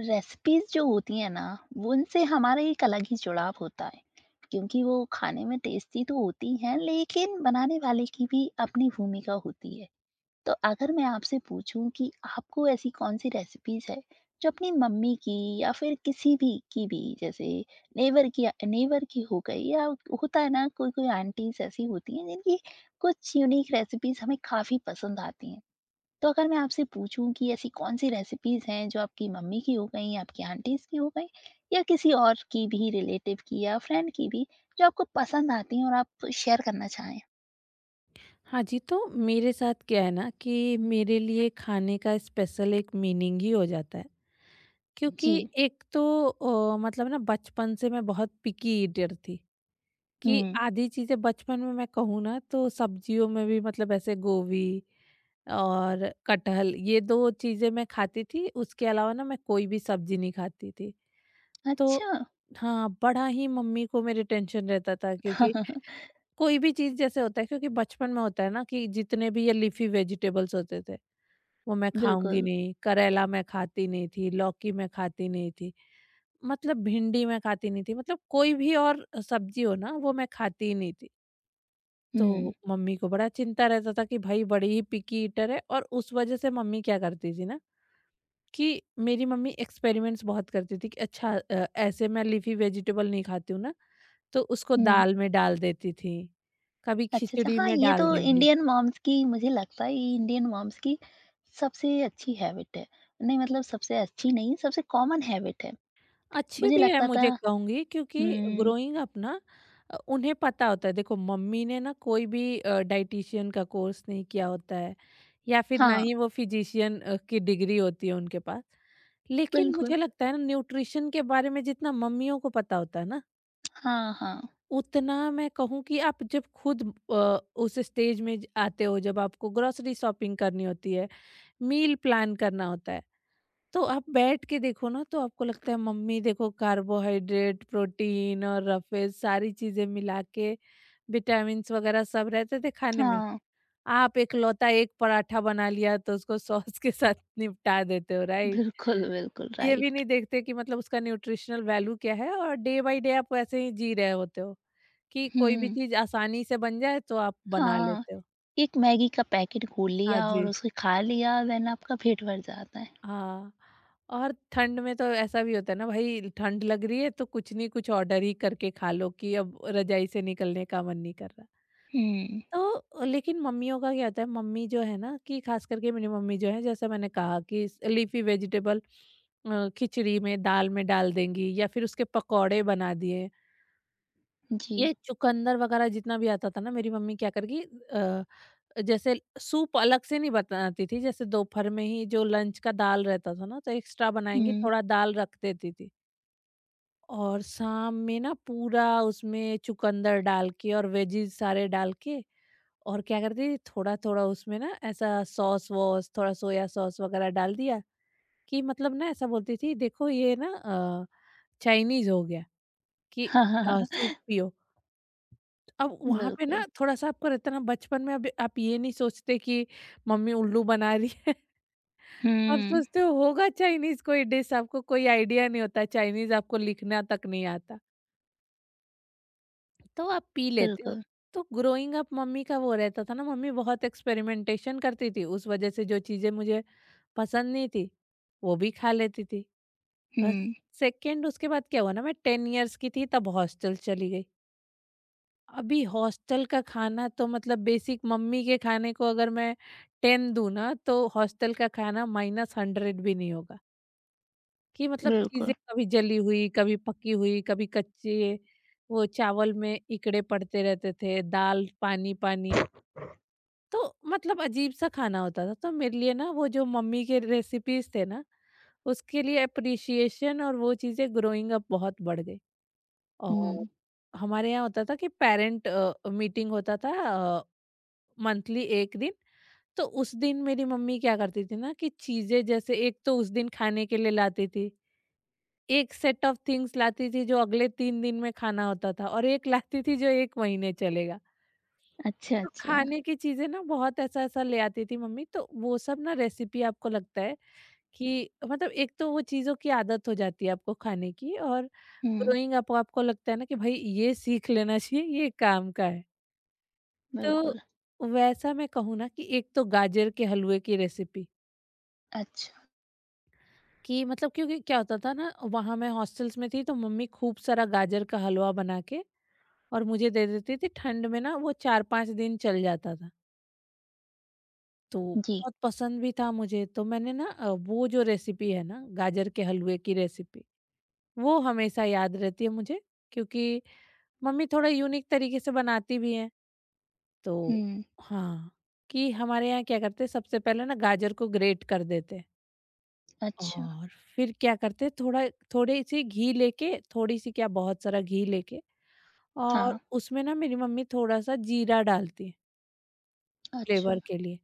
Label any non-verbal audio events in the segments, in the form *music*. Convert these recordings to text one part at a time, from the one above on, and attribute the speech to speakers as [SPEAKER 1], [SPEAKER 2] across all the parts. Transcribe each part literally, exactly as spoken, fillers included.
[SPEAKER 1] Recipes जो होती है ना, वो उनसे हमारा एक अलग ही जुड़ाव होता है। क्योंकि वो खाने में टेस्टी तो होती हैं, लेकिन बनाने वाले की भी अपनी भूमिका होती है। तो अगर मैं आपसे पूछूं कि आपको ऐसी कौन सी रेसिपीज है जो अपनी मम्मी की या फिर किसी भी की भी, जैसे नेवर की नेवर की हो गई, या होता है ना, कोई कोई आंटीज ऐसी होती हैं जिनकी कुछ यूनिक रेसिपीज हमें काफी पसंद आती हैं। तो अगर मैं आपसे पूछूँ कि ऐसी कौन-सी रेसिपीज़ हैं जो आपकी मम्मी की हो गईं, आपकी आंटीज़ की हो गईं, या किसी और की भी रिलेटिव की या फ्रेंड की भी, जो आपको पसंद आती हैं और आप शेयर करना चाहें?
[SPEAKER 2] हाँ जी, तो मेरे साथ क्या है ना कि मेरे लिए खाने का स्पेशल एक मीनिंग ही हो जाता है।
[SPEAKER 1] जी।
[SPEAKER 2] क्योंकि एक तो अ, मतलब ना बचपन से मैं बहुत पिकी ईटर थी कि
[SPEAKER 1] हुँ।
[SPEAKER 2] आधी चीज़ें बचपन में मैं कहूँ ना तो सब्जियों में भी मतलब ऐसे गोभी और कटहल ये दो चीज़ें मैं खाती थी, उसके अलावा ना मैं कोई भी सब्जी नहीं खाती थी।
[SPEAKER 1] अच्छा।
[SPEAKER 2] तो हाँ, बड़ा ही मम्मी को मेरे टेंशन रहता था क्योंकि
[SPEAKER 1] *laughs*
[SPEAKER 2] कोई भी चीज़ जैसे होता है क्योंकि बचपन में होता है ना कि जितने भी ये लीफी वेजिटेबल्स होते थे वो मैं खाऊंगी
[SPEAKER 1] बिल्कुल।
[SPEAKER 2] नहीं करेला मैं खाती नहीं थी लौकी मैं खाती नहीं थी मतलब भिंडी मैं खाती नहीं थी मतलब कोई भी और सब्जी हो ना वो मैं खाती ही नहीं थी।
[SPEAKER 1] हुँ,
[SPEAKER 2] तो मम्मी को बड़ा चिंता रहता था कि भाई बड़ी ही पिकी ईटर है और उस वजह से मम्मी क्या करती थी ना कि मेरी मम्मी एक्सपेरिमेंट्स बहुत करती थी कि अच्छा, अ, ऐसे मैं लीफी वेजिटेबल नहीं खाती हूँ ना तो उसको
[SPEAKER 1] हुँ।
[SPEAKER 2] दाल में डाल देती थी, कभी
[SPEAKER 1] अच्छा, अच्छा।
[SPEAKER 2] खिचड़ी
[SPEAKER 1] हाँ,
[SPEAKER 2] में
[SPEAKER 1] ये तो
[SPEAKER 2] डाल देंगी।
[SPEAKER 1] इंडियन मॉम्स की, मुझे लगता है ये इंडियन मॉम्स की सबसे अच्छी हैबिट है। नहीं, मतलब सबसे अच्छी नहीं, सबसे कॉमन हैबिट है।
[SPEAKER 2] अच्छी
[SPEAKER 1] मुझे
[SPEAKER 2] भी है
[SPEAKER 1] लगता था
[SPEAKER 2] मुझे कहूँगी क्योंकि
[SPEAKER 1] हुँ,
[SPEAKER 2] ग्रोइंग अप ना अ, उन्हें पता होता है। देखो मम्मी ने ना कोई भी अ, डायटीशियन का कोर्स नहीं किया होता है या फिर ना
[SPEAKER 1] हाँ,
[SPEAKER 2] ही वो फिजिशियन अ, की डिग्री होती है उनके पास। लेकिन
[SPEAKER 1] बिल्कुल।
[SPEAKER 2] मुझे लगता है ना न्यूट्रिशन के बारे में जितना मम्मियों को पता होता है ना,
[SPEAKER 1] हाँ, हाँ।
[SPEAKER 2] उतना मैं कहूँ कि आप जब खुद अ, उस स्टेज में ज आते हो जब आपको ग्रोसरी शॉपिंग करनी होती है, मील प्लान करना होता है। तो आप बैठ के देखो ना तो आपको लगता है मम्मी देखो कार्बोहाइड्रेट, प्रोटीन और रफेज सारी चीज़ें मिला के विटामिन्स वगैरह सब रहते थे खाने में।
[SPEAKER 1] हाँ।
[SPEAKER 2] आप इकलौता एक पराठा बना लिया तो उसको सॉस के साथ *laughs* निपटा देते हो, राइट?
[SPEAKER 1] बिल्कुल, बिल्कुल
[SPEAKER 2] ये भी नहीं
[SPEAKER 1] राइट।
[SPEAKER 2] देखते कि मतलब उसका न्यूट्रिशनल वैल्यू क्या है और डे बाय डे आप वैसे ही जी रहे होते हो कि कोई भी
[SPEAKER 1] हुँ,
[SPEAKER 2] चीज़ आसानी से बन जाए तो आप बना
[SPEAKER 1] हाँ,
[SPEAKER 2] लेते हो।
[SPEAKER 1] एक मैगी का पैकेट घोल
[SPEAKER 2] हाँ
[SPEAKER 1] लिया और
[SPEAKER 2] जी।
[SPEAKER 1] उसे खा लिया, देन आपका पेट भर जाता है।
[SPEAKER 2] हाँ, और ठंड में तो ऐसा भी होता है ना भाई ठंड लग रही है तो कुछ नहीं कुछ ऑर्डर ही करके खा लो कि अब रजाई से निकलने का मन नहीं कर रहा।
[SPEAKER 1] हुँ,
[SPEAKER 2] तो लेकिन मम्मियों का क्या होता है मम्मी जो है ना कि खास करके मेरी मम्मी जो है जैसा मैंने कहा कि लीफी वेजिटेबल अ, खिचड़ी में दाल में डाल देंगी या फिर उसके पकौड़े बना दिए।
[SPEAKER 1] जी।
[SPEAKER 2] ये चुकंदर वगैरह जितना भी आता था ना मेरी मम्मी क्या करेगी जैसे सूप अलग से नहीं बनाती थी। जैसे दोपहर में ही जो लंच का दाल रहता था ना तो एक्स्ट्रा बनाएंगी
[SPEAKER 1] हुँ।
[SPEAKER 2] थोड़ा दाल रख देती थी और शाम में ना पूरा उसमें चुकंदर डाल के और वेजीज सारे डाल के और क्या करती थी थोड़ा थोड़ा उसमें ना ऐसा सॉस वॉस थोड़ा सोया सॉस वगैरह डाल दिया कि मतलब ना ऐसा बोलती थी देखो ये ना अ, चाइनीज हो गया कि अ, सूप
[SPEAKER 1] *laughs*
[SPEAKER 2] पियो। अब वहां पे ना
[SPEAKER 1] बिल्कुल।
[SPEAKER 2] थोड़ा सा आपको रहता ना बचपन में अब आप ये नहीं सोचते कि मम्मी उल्लू बना रही है। आप
[SPEAKER 1] हुँ,
[SPEAKER 2] सोचते हो होगा चाइनीज कोई डिश आपको कोई आइडिया नहीं होता चाइनीज आपको लिखना तक नहीं आता तो आप पी लेते हो।
[SPEAKER 1] बिल्कुल।
[SPEAKER 2] तो ग्रोइंग अप मम्मी का वो रहता था ना मम्मी बहुत एक्सपेरिमेंटेशन करती थी उस वजह से जो चीजें मुझे पसंद नहीं थी वो भी खा लेती थी बस।
[SPEAKER 1] हुँ,
[SPEAKER 2] सेकेंड उसके बाद क्या हुआ ना मैं टेन इयर्स की थी तब हॉस्टल चली गई। अभी हॉस्टल का खाना तो मतलब बेसिक मम्मी के खाने को अगर मैं टेन दूं ना तो हॉस्टल का खाना माइनस हंड्रेड भी नहीं होगा कि मतलब चीज़ें
[SPEAKER 1] बिल्कुल।
[SPEAKER 2] कभी जली हुई, कभी पकी हुई, कभी कच्ची, वो चावल में इकड़े पड़ते रहते थे, दाल पानी-पानी, तो मतलब अजीब-सा खाना होता था। तो मेरे लिए ना वो जो मम्मी के रेसिपीज़ थे ना, उसके लिए एप्रिशिएशन और वो चीज़ें ग्रोइंग अप बहुत बढ़ गई। और
[SPEAKER 1] हुँ,
[SPEAKER 2] हमारे यहाँ होता था कि पेरेंट अ, मीटिंग होता था अ, मंथली एक दिन, तो उस दिन मेरी मम्मी क्या करती थी ना कि चीज़ें जैसे एक तो उस दिन खाने के लिए लाती थी। एक सेट ऑफ थिंग्स लाती थी जो अगले तीन दिन में खाना होता था और एक लाती थी जो एक महीने चलेगा।
[SPEAKER 1] अच्छा,
[SPEAKER 2] तो
[SPEAKER 1] अच्छा।
[SPEAKER 2] खाने की चीज़ें ना बहुत ऐसा-ऐसा ले आती थी मम्मी तो वो सब ना रेसिपी आपको लगता है कि मतलब एक तो वो चीज़ों की आदत हो जाती है आपको खाने की और
[SPEAKER 1] हुँ,
[SPEAKER 2] ग्रोइंग अप आपको लगता है ना कि भाई ये सीख लेना चाहिए ये काम का है।
[SPEAKER 1] बिल्कुल।
[SPEAKER 2] तो वैसा मैं कहूँ ना कि एक तो गाजर के हलवे की रेसिपी
[SPEAKER 1] अच्छा,
[SPEAKER 2] कि मतलब क्योंकि क्या होता था ना वहाँ मैं हॉस्टल्स में थी तो मम्मी खूब सारा गाजर का हलवा बना के और मुझे दे देती थी ठंड में ना वो चार पाँच दिन चल जाता था। तो
[SPEAKER 1] जी।
[SPEAKER 2] बहुत पसंद भी था मुझे तो मैंने ना अ, वो जो रेसिपी है ना गाजर के हलवे की रेसिपी वो हमेशा याद रहती है मुझे क्योंकि मम्मी थोड़ा यूनिक तरीके से बनाती भी हैं। तो
[SPEAKER 1] हुँ,
[SPEAKER 2] हाँ, कि हमारे यहाँ क्या करते हैं सबसे पहले ना गाजर को ग्रेट कर देते हैं
[SPEAKER 1] अच्छा,
[SPEAKER 2] और फिर क्या करते हैं थोड़ा थोड़ी-सी घी लेके थोड़ी-सी क्या बहुत सारा घी लेके और
[SPEAKER 1] हाँ,
[SPEAKER 2] उसमें ना मेरी मम्मी थोड़ा-सा जीरा डालती है
[SPEAKER 1] अच्छा।
[SPEAKER 2] फ्लेवर के लिए।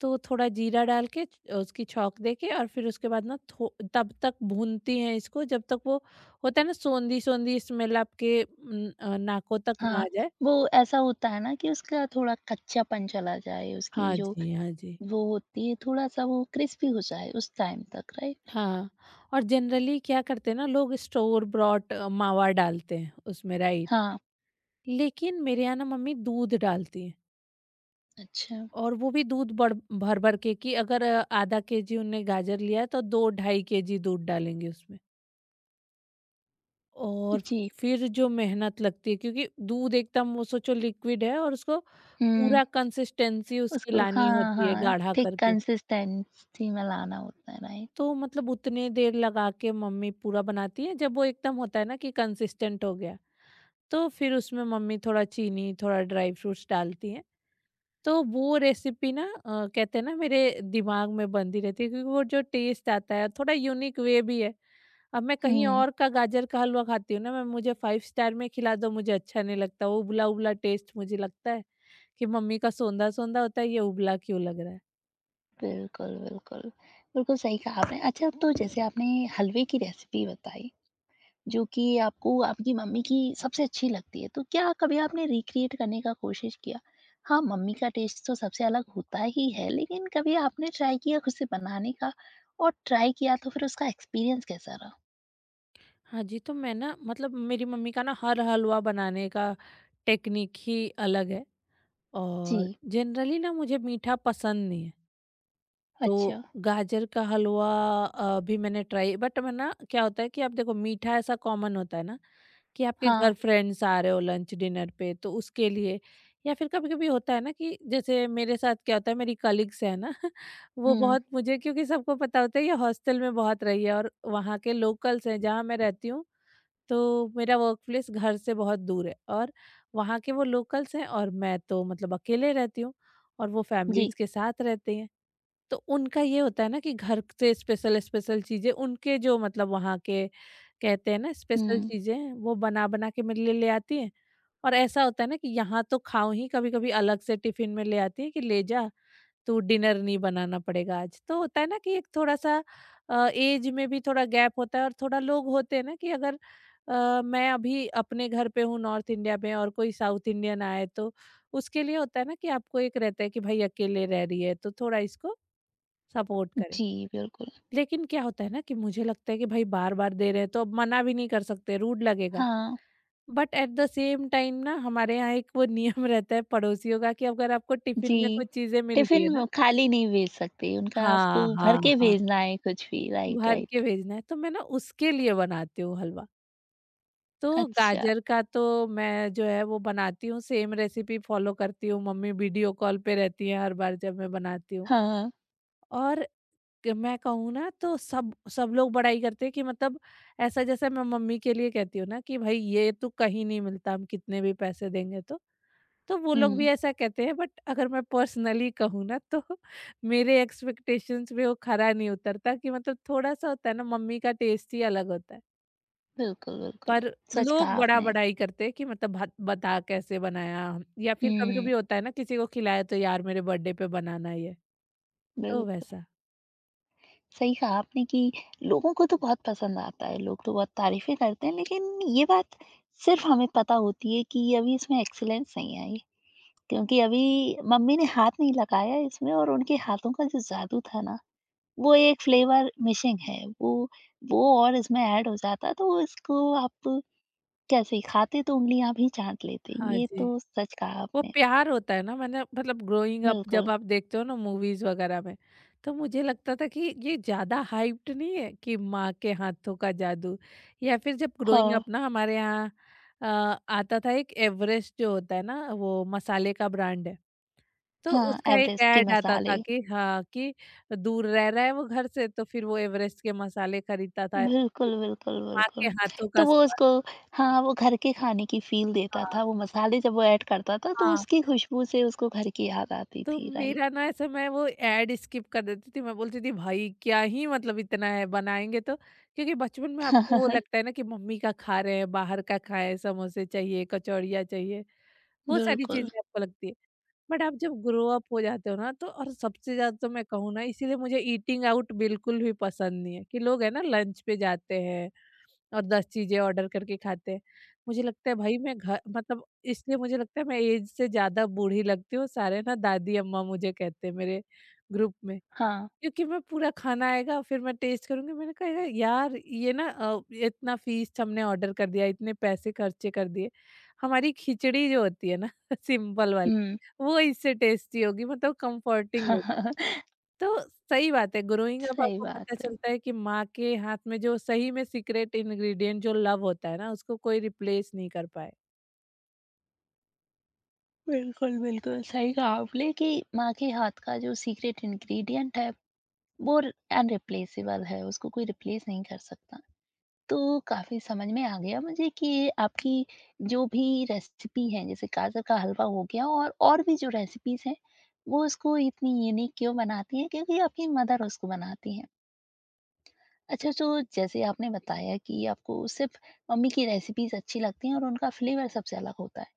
[SPEAKER 2] तो थोड़ा जीरा डाल के च- उसकी छौंक देके और फिर उसके बाद ना थो- तब तक भूनती हैं इसको जब तक वो होता है ना सोंधी सोंधी स्मेल आपके न- अ, नाकों तक ना
[SPEAKER 1] हाँ,
[SPEAKER 2] आ जाए।
[SPEAKER 1] वो ऐसा होता है ना कि उसका थोड़ा कच्चापन चला जाए, उसकी
[SPEAKER 2] हाँ
[SPEAKER 1] जो
[SPEAKER 2] जी, हाँ जी,
[SPEAKER 1] वो होती है, थोड़ा-सा वो क्रिस्पी हो जाए उस टाइम तक, राइट?
[SPEAKER 2] हाँ। और जनरली क्या करते हैं ना लोग स्टोर ब्रॉट मावा डालते हैं उसमें, राइट?
[SPEAKER 1] हाँ,
[SPEAKER 2] लेकिन मेरे यहाँ ना मम्मी दूध डालती हैं
[SPEAKER 1] अच्छा।
[SPEAKER 2] और वो भी दूध बड़ भर भर के कि अगर अ, आधा केजी उनने गाजर लिया है तो दो ढाई केजी दूध डालेंगे उसमें और
[SPEAKER 1] जी,
[SPEAKER 2] फिर जो मेहनत लगती है क्योंकि दूध एकदम वो सोचो लिक्विड है और उसको
[SPEAKER 1] हुँ,
[SPEAKER 2] पूरा कंसिस्टेंसी उसकी
[SPEAKER 1] उसको
[SPEAKER 2] लानी
[SPEAKER 1] हाँ,
[SPEAKER 2] होती है
[SPEAKER 1] हाँ,
[SPEAKER 2] गाढ़ा
[SPEAKER 1] थिक
[SPEAKER 2] करके।
[SPEAKER 1] कंसिस्टेंसी में लाना होता है, राइट?
[SPEAKER 2] तो मतलब उतने देर लगा के मम्मी पूरा बनाती है जब वो एकदम होता है ना कि कंसिस्टेंट हो गया तो फिर उसमें मम्मी थोड़ा चीनी थोड़ा ड्राई फ्रूट्स डालती हैं। तो वो रेसिपी ना अ, कहते हैं ना मेरे दिमाग में बंदी रहती है क्योंकि वो जो टेस्ट आता है थोड़ा यूनिक वे भी है। अब मैं कहीं
[SPEAKER 1] हुँ,
[SPEAKER 2] और का गाजर का हलवा खाती हूँ ना मैं मुझे फाइव स्टार में खिला दो मुझे अच्छा नहीं लगता वो उबला उबला टेस्ट मुझे लगता है कि मम्मी का सौंधा सौंधा होता है ये उबला क्यों लग रहा है।
[SPEAKER 1] बिल्कुल, बिल्कुल। बिल्कुल सही कहा आपने। अच्छा, तो जैसे आपने हलवे की रेसिपी बताई, जो कि आपको आपकी मम्मी की सबसे अच्छी लगती है, तो क्या कभी आपने रिक्रिएट करने का कोशिश किया? हाँ, मम्मी का टेस्ट तो सबसे अलग होता ही है, लेकिन कभी आपने ट्राई किया खुद से बनाने का? और ट्राई किया तो फिर उसका एक्सपीरियंस कैसा रहा?
[SPEAKER 2] हाँ जी, तो मैं ना मतलब मेरी मम्मी का ना हर हलवा बनाने का टेक्निक ही अलग है।
[SPEAKER 1] जी,
[SPEAKER 2] और जनरली ना मुझे मीठा पसंद नहीं है। तो
[SPEAKER 1] अच्छा।
[SPEAKER 2] गाजर का हलवा अ, भी मैंने ट्राई बट मैं ना क्या होता है कि आप देखो मीठा ऐसा कॉमन होता है ना कि आपके
[SPEAKER 1] हाँ,
[SPEAKER 2] घर फ्रेंड्स आ रहे हो लंच डिनर पे तो उसके लिए या फिर कभी कभी होता है ना कि जैसे मेरे साथ क्या होता है मेरी कलीग्स है ना *laughs* वो
[SPEAKER 1] हुँ,
[SPEAKER 2] बहुत मुझे क्योंकि सबको पता होता है ये हॉस्टल में बहुत रही है और वहाँ के लोकल्स हैं जहाँ मैं रहती हूँ। तो मेरा वर्क प्लेस घर से बहुत दूर है और वहाँ के वो लोकल्स हैं और मैं तो मतलब अकेले रहती हूँ और वो
[SPEAKER 1] जी।
[SPEAKER 2] फैमिलीज के साथ रहते हैं। तो उनका ये होता है ना कि घर से स्पेशल स्पेशल चीज़ें उनके जो मतलब वहाँ के कहते हैं ना स्पेशल
[SPEAKER 1] हुँ,
[SPEAKER 2] चीज़ें वो बना बना के मेरे लिए ले आती हैं और ऐसा होता है ना कि यहाँ तो खाऊं ही कभी-कभी अलग से टिफिन में ले आती हैं कि ले जा तू डिनर नहीं बनाना पड़ेगा आज। तो होता है ना कि एक थोड़ा-सा अ, एज में भी थोड़ा गैप होता है और थोड़ा लोग होते हैं ना कि अगर अ, मैं अभी अपने घर पे हूँ नॉर्थ इंडिया में और कोई साउथ इंडियन आए तो उसके लिए होता है ना कि आपको एक रहता है कि भाई अकेले रह रही है तो थोड़ा इसको सपोर्ट करें।
[SPEAKER 1] जी, बिल्कुल।
[SPEAKER 2] लेकिन क्या होता है ना कि मुझे लगता है कि भाई बार-बार दे रहे हैं तो अब मना भी नहीं कर सकते, रूड लगेगा।
[SPEAKER 1] हाँ,
[SPEAKER 2] but at the same time ना हमारे यहाँ एक वो नियम *laughs* रहता है पड़ोसियों का कि अगर आपको टिफ़िन में
[SPEAKER 1] जी,
[SPEAKER 2] कुछ चीज़ें मिल रही
[SPEAKER 1] टिफ़िन
[SPEAKER 2] है ना,
[SPEAKER 1] वो खाली नहीं भेज सकते, उनका
[SPEAKER 2] हाँ,
[SPEAKER 1] आपको भर
[SPEAKER 2] हाँ,
[SPEAKER 1] के
[SPEAKER 2] हाँ,
[SPEAKER 1] भेजना है कुछ भी, राइट,
[SPEAKER 2] भर के
[SPEAKER 1] राइट।
[SPEAKER 2] भेजना है तो मैं ना उसके लिए बनाती हूँ हलवा। तो
[SPEAKER 1] अच्छा,
[SPEAKER 2] गाजर का तो मैं जो है वो बनाती हूँ सेम रेसिपी फॉलो करती हूँ, मम्मी वीडियो कॉल पे रहती हैं हर बार जब मैं बनाती हूँ।
[SPEAKER 1] हाँ,
[SPEAKER 2] और कि मैं कहूँ ना तो सब सब लोग बड़ाई करते हैं कि मतलब ऐसा जैसे मैं मम्मी के लिए कहती हूँ ना कि भाई ये तो कहीं नहीं मिलता हम कितने भी पैसे देंगे तो तो वो लोग
[SPEAKER 1] हुँ,
[SPEAKER 2] भी ऐसा कहते हैं बट अगर मैं पर्सनली कहूँ ना तो *laughs* मेरे एक्सपेक्टेशंस में वो खरा नहीं उतरता कि मतलब थोड़ा सा होता है ना, मम्मी का टेस्ट ही अलग होता है।
[SPEAKER 1] बिल्कुल, बिल्कुल,
[SPEAKER 2] पर
[SPEAKER 1] सच कहा
[SPEAKER 2] लोग बड़ा
[SPEAKER 1] आपने।
[SPEAKER 2] बड़ाई करते हैं कि मतलब भात- बता कैसे बनाया। या फिर कभी
[SPEAKER 1] हुँ,
[SPEAKER 2] कभी होता है ना किसी को खिलाया तो यार मेरे बर्थडे पे बनाना ही है। तो
[SPEAKER 1] बिल
[SPEAKER 2] वैसा।
[SPEAKER 1] सही कहा आपने कि लोगों को तो बहुत पसंद आता है, लोग तो बहुत तारीफ़ें करते हैं, लेकिन ये बात सिर्फ़ हमें पता होती है कि अभी इसमें एक्सीलेंस नहीं आई, क्योंकि अभी मम्मी ने हाथ नहीं लगाया इसमें, और उनके हाथों का जो जादू था ना, वो एक फ्लेवर मिसिंग है। वो वो और इसमें ऐड हो जाता तो इसको आप कैसे खाते, तो उँगलियाँ भी चाट लेते,
[SPEAKER 2] हाँ
[SPEAKER 1] ये
[SPEAKER 2] जी।
[SPEAKER 1] तो सच कहा
[SPEAKER 2] वो
[SPEAKER 1] आपने।
[SPEAKER 2] प्यार होता है ना, मैंने मतलब ग्रोइंग अप जब
[SPEAKER 1] बिल्कुल।
[SPEAKER 2] आप देखते हो ना मूवीज वगैरह में। तो मुझे लगता था कि ये ज्यादा हाइप्ड नहीं है कि माँ के हाथों का जादू। या फिर जब ग्रोइंग
[SPEAKER 1] हाँ,
[SPEAKER 2] अप ना हमारे यहाँ अ, आता था एक एवरेस्ट जो होता है ना, वो मसाले का ब्रांड है। तो
[SPEAKER 1] हाँ,
[SPEAKER 2] उसका एक
[SPEAKER 1] एवरेस्ट के
[SPEAKER 2] ऐड आता था
[SPEAKER 1] मसाले।
[SPEAKER 2] कि हाँ, कि दूर रह रहा है वो घर से तो फिर वो एवरेस्ट के मसाले खरीदता था।
[SPEAKER 1] बिल्कुल, बिल्कुल,
[SPEAKER 2] माँ
[SPEAKER 1] बिल्कुल।
[SPEAKER 2] के हाथों का
[SPEAKER 1] तो वो
[SPEAKER 2] स्वाद।
[SPEAKER 1] उसको हाँ, वो घर के खाने की फ़ील देता
[SPEAKER 2] हाँ।
[SPEAKER 1] था, वो मसाले जब वो ऐड करता था तो
[SPEAKER 2] हाँ।
[SPEAKER 1] उसकी खुशबू से उसको घर की याद आती
[SPEAKER 2] तो
[SPEAKER 1] थी, राइट।
[SPEAKER 2] मेरा ना ऐसा मैं वो ऐड स्किप कर देती थी। मैं बोलती थी भाई क्या ही मतलब इतना है बनाएँगे, तो क्योंकि बचपन में आपको वो
[SPEAKER 1] *laughs*
[SPEAKER 2] लगता है ना कि मम्मी का खा रहे हैं, बाहर का खाएँ, समोसे चाहिए, कचौड़ियाँ चाहिए, वो सारी
[SPEAKER 1] बिल्कुल,
[SPEAKER 2] चीज़ें आपको लगती है। बट आप जब ग्रो अप हो जाते हो ना, तो और सबसे ज़्यादा तो मैं कहूँ ना, इसीलिए मुझे ईटिंग आउट बिल्कुल भी पसंद नहीं है कि लोग है ना लंच पे जाते हैं और दस चीज़ें ऑर्डर करके खाते हैं। मुझे लगता है भाई मैं घ मतलब इसलिए मुझे लगता है मैं ऐज से ज़्यादा बूढ़ी लगती हूँ, सारे ना दादी अम्मा मुझे कहते हैं मेरे ग्रुप में।
[SPEAKER 1] हाँ,
[SPEAKER 2] क्योंकि मैं पूरा खाना आएगा फिर मैं टेस्ट करूँगी, मैंने कहा "या यार ये ना अ, इतना फ़ीस्ट हमने ऑर्डर कर दिया, इतने पैसे खर्चे कर दिए। हमारी खिचड़ी जो होती है ना *laughs* सिंपल वाली,
[SPEAKER 1] हुँ।
[SPEAKER 2] वो इससे टेस्टी होगी मतलब कंफर्टिंग होगी।"
[SPEAKER 1] *laughs*
[SPEAKER 2] तो सही बात है, ग्रोइंग अप
[SPEAKER 1] सही
[SPEAKER 2] आपको पता
[SPEAKER 1] बात है।
[SPEAKER 2] चलता है कि माँ के हाथ में जो सही में सीक्रेट इंग्रीडिएंट जो लव होता है ना, उसको कोई रिप्लेस नहीं कर पाए।
[SPEAKER 1] बिल्कुल, बिल्कुल, सही कहा आपने कि माँ के हाथ का जो सीक्रेट इंग्रीडिएंट है, वो अनरिप्लेसेबल है, उसको कोई रिप्लेस नहीं कर सकता। तो काफ़ी समझ में आ गया मुझे कि आपकी जो भी रेसिपी है, जैसे गाजर का हलवा हो गया और और भी जो रेसिपीज़ हैं, वो उसको इतनी यूनिक क्यों बनाती हैं, क्योंकि आपकी मदर उसको बनाती हैं। अच्छा, तो जैसे आपने बताया कि आपको सिर्फ़ मम्मी की रेसिपीज़ अच्छी लगती हैं और उनका फ्लेवर सबसे अलग होता है।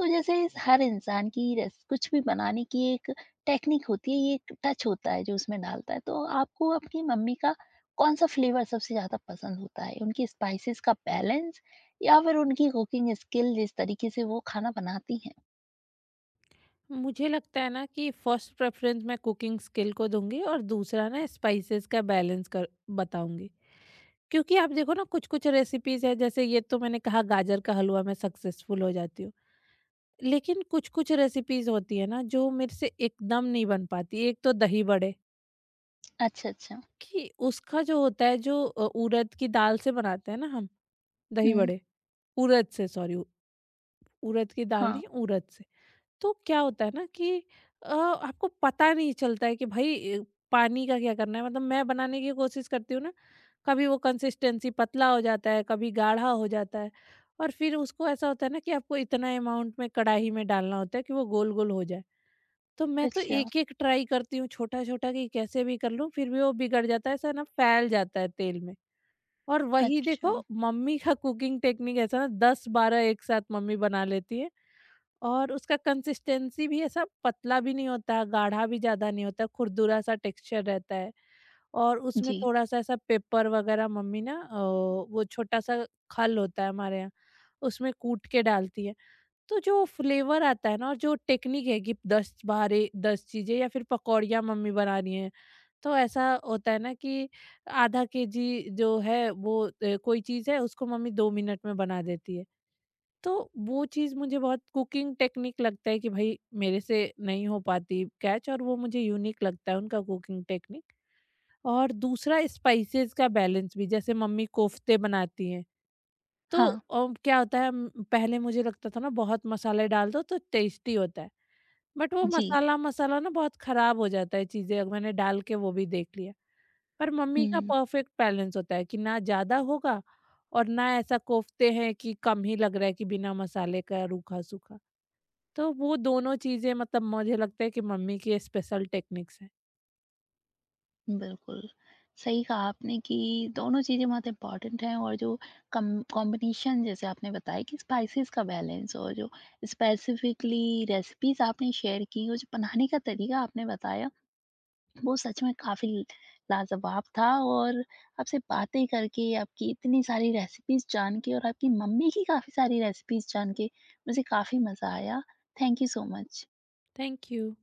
[SPEAKER 1] तो जैसे इस हर इंसान की रेस कुछ भी बनाने की एक टेक्निक होती है, ये एक टच होता है जो उसमें डालता है। तो आपको आपकी मम्मी का कौन-सा फ्लेवर सबसे ज़्यादा पसंद होता है? उनकी स्पाइसेस का बैलेंस, या फिर उनकी कुकिंग स्किल, जिस तरीके से वो खाना बनाती हैं?
[SPEAKER 2] मुझे लगता है ना कि फर्स्ट प्रेफरेंस मैं कुकिंग स्किल को दूँगी और दूसरा ना स्पाइसेस का बैलेंस कर बताऊँगी। क्योंकि आप देखो ना कुछ-कुछ रेसिपीज़ है जैसे ये तो मैंने कहा गाजर का हलवा मैं सक्सेसफुल हो जाती हूँ। लेकिन कुछ-कुछ रेसिपीज़ होती है ना जो मेरे से एकदम नहीं बन पाती। एक तो दही बड़े,
[SPEAKER 1] अच्छा, अच्छा।
[SPEAKER 2] कि उसका जो होता है, जो अ, उड़द की दाल से बनाते हैं ना हम दही
[SPEAKER 1] हुँ।
[SPEAKER 2] बड़े, उड़द से, सॉरी, उड़द की दाल
[SPEAKER 1] हाँ।
[SPEAKER 2] नहीं, उड़द से। तो क्या होता है ना कि अ, आपको पता नहीं चलता है कि भई अ, पानी का क्या करना है, मतलब मैं बनाने की कोशिश करती हूँ ना, कभी वो कंसिस्टेंसी पतला हो जाता है, कभी गाढ़ा हो जाता है, और फिर उसको ऐसा होता है ना कि आपको इतना अमाउंट में कढ़ाई में डालना होता है कि वो गोल-गोल हो जाए। तो मैं तो
[SPEAKER 1] अच्छा,
[SPEAKER 2] एक-एक ट्राई करती हूँ छोटा-छोटा कि कैसे भी कर लूँ, फिर भी वो बिगड़ जाता है, ऐसा ना फैल जाता है तेल में। और वही देखो,
[SPEAKER 1] अच्छा।
[SPEAKER 2] मम्मी का कुकिंग टेक्निक ऐसा ना दस बारह एक साथ मम्मी बना लेती है, और उसका कंसिस्टेंसी भी ऐसा पतला भी नहीं होता, गाढ़ा भी ज़्यादा नहीं होता, खुरदुरा सा टेक्सचर रहता है, और उसमें
[SPEAKER 1] जी।
[SPEAKER 2] थोड़ा-सा ऐसा पेपर वगैरह मम्मी ना अ, वो छोटा-सा खल होता है हमारे यहाँ, उसमें कूट के डालती है। तो जो फ्लेवर आता है ना, और जो टेक्निक है कि दस बारे दस चीज़ें या फिर पकौड़ियाँ मम्मी बना रही हैं, तो ऐसा होता है ना कि आधा केजी जो है वो अ, कोई चीज़ है, उसको मम्मी दो मिनट में बना देती है। तो वो चीज़ मुझे बहुत कुकिंग टेक्निक लगता है कि भाई मेरे से नहीं हो पाती कैच, और वो मुझे यूनिक लगता है उनका कुकिंग टेक्निक। और दूसरा स्पाइसेस का बैलेंस भी, जैसे मम्मी कोफ्ते बनाती हैं। तो
[SPEAKER 1] हाँ,
[SPEAKER 2] अ, क्या होता है, उम, पहले मुझे लगता था ना बहुत मसाले डाल दो तो टेस्टी होता है। बट वो
[SPEAKER 1] जी।
[SPEAKER 2] मसाला-मसाला ना बहुत खराब हो जाता है, चीज़ें मैंने डाल के वो भी देख लिया। पर मम्मी का
[SPEAKER 1] हुँ।
[SPEAKER 2] परफेक्ट बैलेंस होता है कि ना ज़्यादा होगा और ना ऐसा कोफ्ते हैं कि कम ही लग रहा है कि बिना मसाले का रूखा सूखा, तो वो दोनों चीज़ें मतलब मुझे लगता है कि मम्मी की स्पेशल टेक्निक्स हैं।
[SPEAKER 1] बिल्कुल, सही कहा आपने कि दोनों चीज़ें बहुत इम्पोर्टेंट हैं, और जो कम कॉम्बिनेशन, जैसे आपने बताया कि स्पाइसेस का बैलेंस, और जो स्पेसिफ़िकली रेसिपीज़ आपने शेयर की और जो बनाने का तरीका आपने बताया, वो सच में काफ़ी लाजवाब था। और आपसे बातें करके, आपकी इतनी सारी रेसिपीज़ जान के और आपकी मम्मी की काफ़ी सारी रेसिपीज़ जान के मुझे काफ़ी मज़ा आया। Thank you so much.
[SPEAKER 2] Thank you.